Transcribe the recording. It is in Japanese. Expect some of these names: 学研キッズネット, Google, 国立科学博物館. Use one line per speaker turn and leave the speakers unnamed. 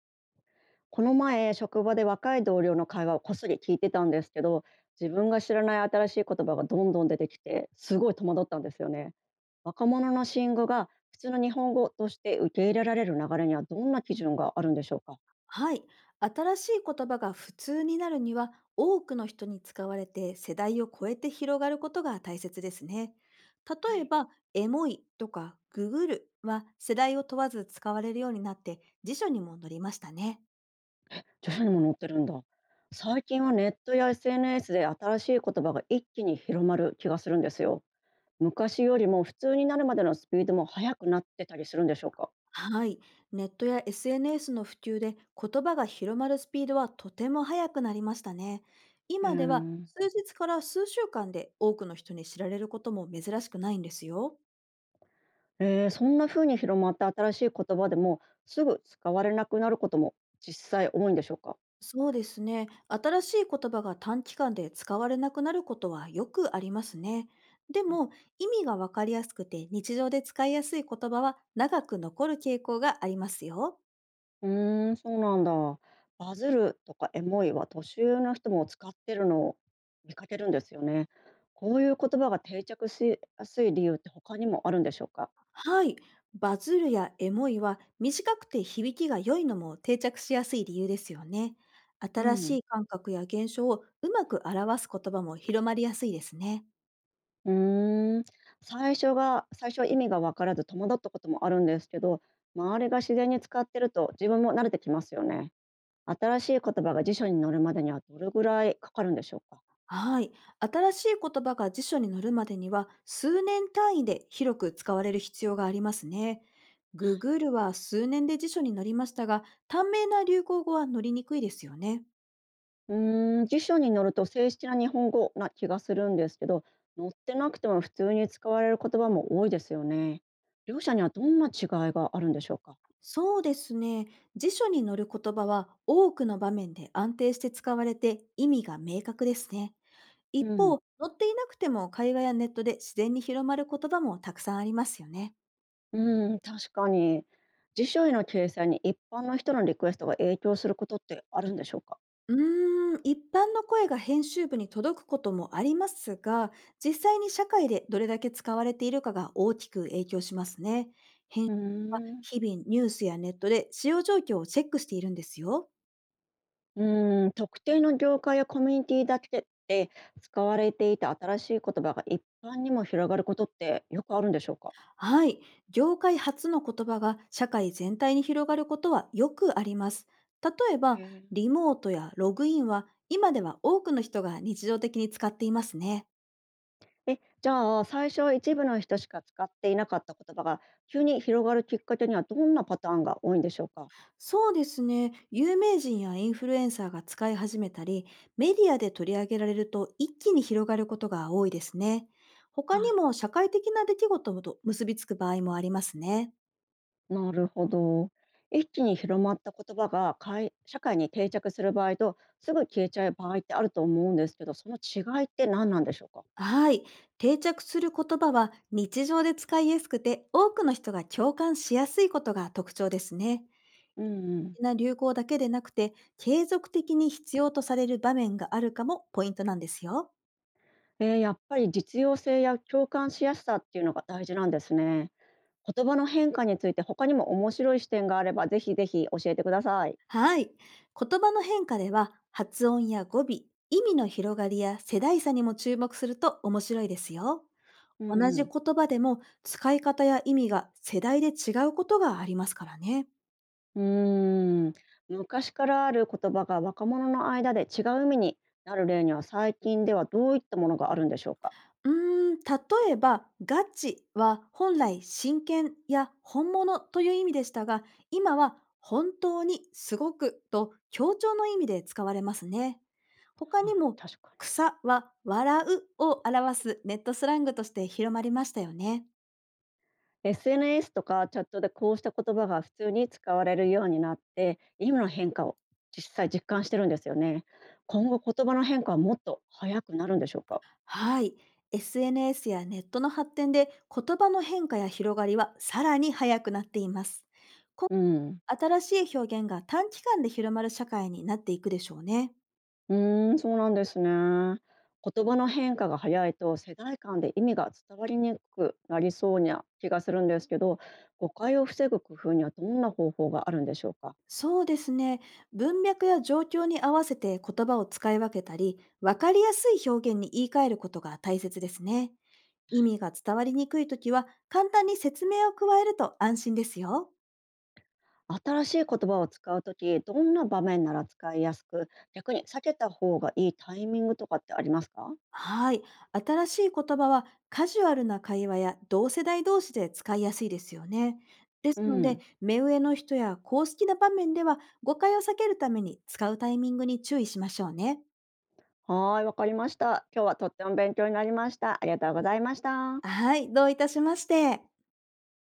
この前、職場で若い同僚の会話をこっそり聞いてたんですけど、自分が知らない新しい言葉がどんどん出てきて、すごい戸惑ったんですよね。若者の新語が普通の日本語として受け入れられる流れにはどんな基準があるんでしょうか？
はい。新しい言葉が普通になるには、多くの人に使われて世代を超えて広がることが大切ですね。
は
例え
い、
ば、エモいとかググるは世代を問わず使われるようになって辞書にも載りましたね。
著者にも載ってるんだ。最近はネットや SNS で新しい言葉が一気に広まる気がするんですよ。昔よりも普通になるまでのスピードも速くなってたりするんでしょうか？
はい。ネットや SNS の普及で言葉が広まるスピードはとても速くなりましたね。
う
今では
ん。
数日から数週間で多くの人に知られることも珍しくないんですよ。
そんな風に広まった新しい言葉でもすぐ使われなくなることも実際多いんでしょうか？
そうですね。新しい言葉が短期間で使われなくなることはよくありますね。で
うん、なる。
も、意味がわかりやすくて日常で使いやすい言葉は長く残る傾向がありますよ。
うーん、そうなんだ。バズるとかエモいは年上の人も使ってるのを見かけるんですよね。こういう言葉が定着しやすい理由って他にもあるんでしょうか。
はい。バズるやエモいは短くて響きが良いのも定着しやすい理由ですよね。
う
新
ん。
しい感覚や現象をうまく表す言葉も広まりやすいですね。
うーん。最初は意味が分からず戸惑ったこともあるんですけど、周りが自然に使ってると自分も慣れてきますよね。新しい言葉が辞書に載るまでにはどれぐらいかかるんでしょうか？
はい。新しい言葉が辞書に載るまでには、数年単位で広く使われる必要がありますね。
はい、
Google は数年で辞書に載りましたが、短命な流行語は載りにくいですよね。
うーん、辞書に載ると正式な日本語な気がするんですけど、載ってなくても普通に使われる言葉も多いですよね。両者にはどんな違いがあるんでしょうか？
そうですね。辞書に載る言葉は多くの場面で安定して使われて意味が明確ですね。一
う
方、
ん、
載っていなくても会話やネットで自然に広まる言葉もたくさんありますよね。
うん、確かに。辞書への掲載に一般の人のリクエストが影響することってあるんでしょうか？
う一般の声が編集部に届くこともありますが、実際に社会でどれだけ使われているかが大きく影響しますね。
うーん。
日々ニュースやネットで使用状況をチェックしているんですよ。
うーん、特定の業界やコミュニティだけで使われていた新しい言葉が一般にも広がることってよくあるんでしょうか？
はい。業界初の言葉が社会全体に広がることはよくあります。例えば、
へ
リモートやログインは今では多くの人が日常的に使っていますね。
え。えじゃあ最初は一部の人しか使っていなかった言葉が急に広がるきっかけにはどんなパターンが多いんでしょうか？
そうですね。有名人やインフルエンサーが使い始めたり、メディアで取り上げられると一気に広がることが多いですね。
は
他
い、
にも社会的な出来事と結びつく場合もありますね。
なるほど。一気に広まった言葉が社会に定着する場合とすぐ消えちゃう場合ってあると思うんですけど、その違いって何なんでしょうか？
はい。定着する言葉は日常で使いやすくて、多くの人が共感しやすいことが特徴ですね。
うん、うん。
な流行だけでなくて、継続的に必要とされる場面があるかもポイントなんですよ。
えー、やっぱり実用性や共感しやすさっていうのが大事なんですね。言葉の変化について他にも面白い視点があればぜひ教えてください。
はい。言葉の変化では、発音や語尾、意味の広がりや世代差にも注目すると面白いですよ。
う
同じ
ん。
言葉でも使い方や意味が世代で違うことがありますからね。
うん、うーん、昔からある言葉が若者の間で違う意味になる例には最近ではどういったものがあるんでしょうか？
うー例えば、ガチは本来真剣や本物という意味でしたが、今は本当にすごくと強調の意味で使われますね。他
はい、
にも、
確かに。
草は笑うを表すネットスラングとして広まりましたよね。
SNS とかチャットでこうした言葉が普通に使われるようになって今の変化を実感してるんですよね。今後言葉の変化はもっと早くなるんでしょうか？
はい。SNS やネットの発展で言葉の変化や広がりはさらに早くなっています。
うん。
新しい表現が短期間で広まる社会になっていくでしょうね。
うーん、そうなんですね。言葉の変化が早いと世代間で意味が伝わりにくくなりそうな気がするんですけど、誤解を防ぐ工夫にはどんな方法があるんでしょうか？
そうですね。文脈や状況に合わせて言葉を使い分けたり、わかりやすい表現に言い換えることが大切ですね。意味が伝わりにくいときは、簡単に説明を加えると安心ですよ。
新しい言葉を使うとき、どんな場面なら使いやすく、逆に避けた方がいいタイミングとかってありますか？
はい。新しい言葉はカジュアルな会話や同世代同士で使いやすいですよね。で
う
すので、
ん。
目上の人や公式な場面では誤解を避けるために使うタイミングに注意しましょうね。
はーい、わかりました。今日はとっても勉強になりました。ありがとうございました。
はい。どういたしまして。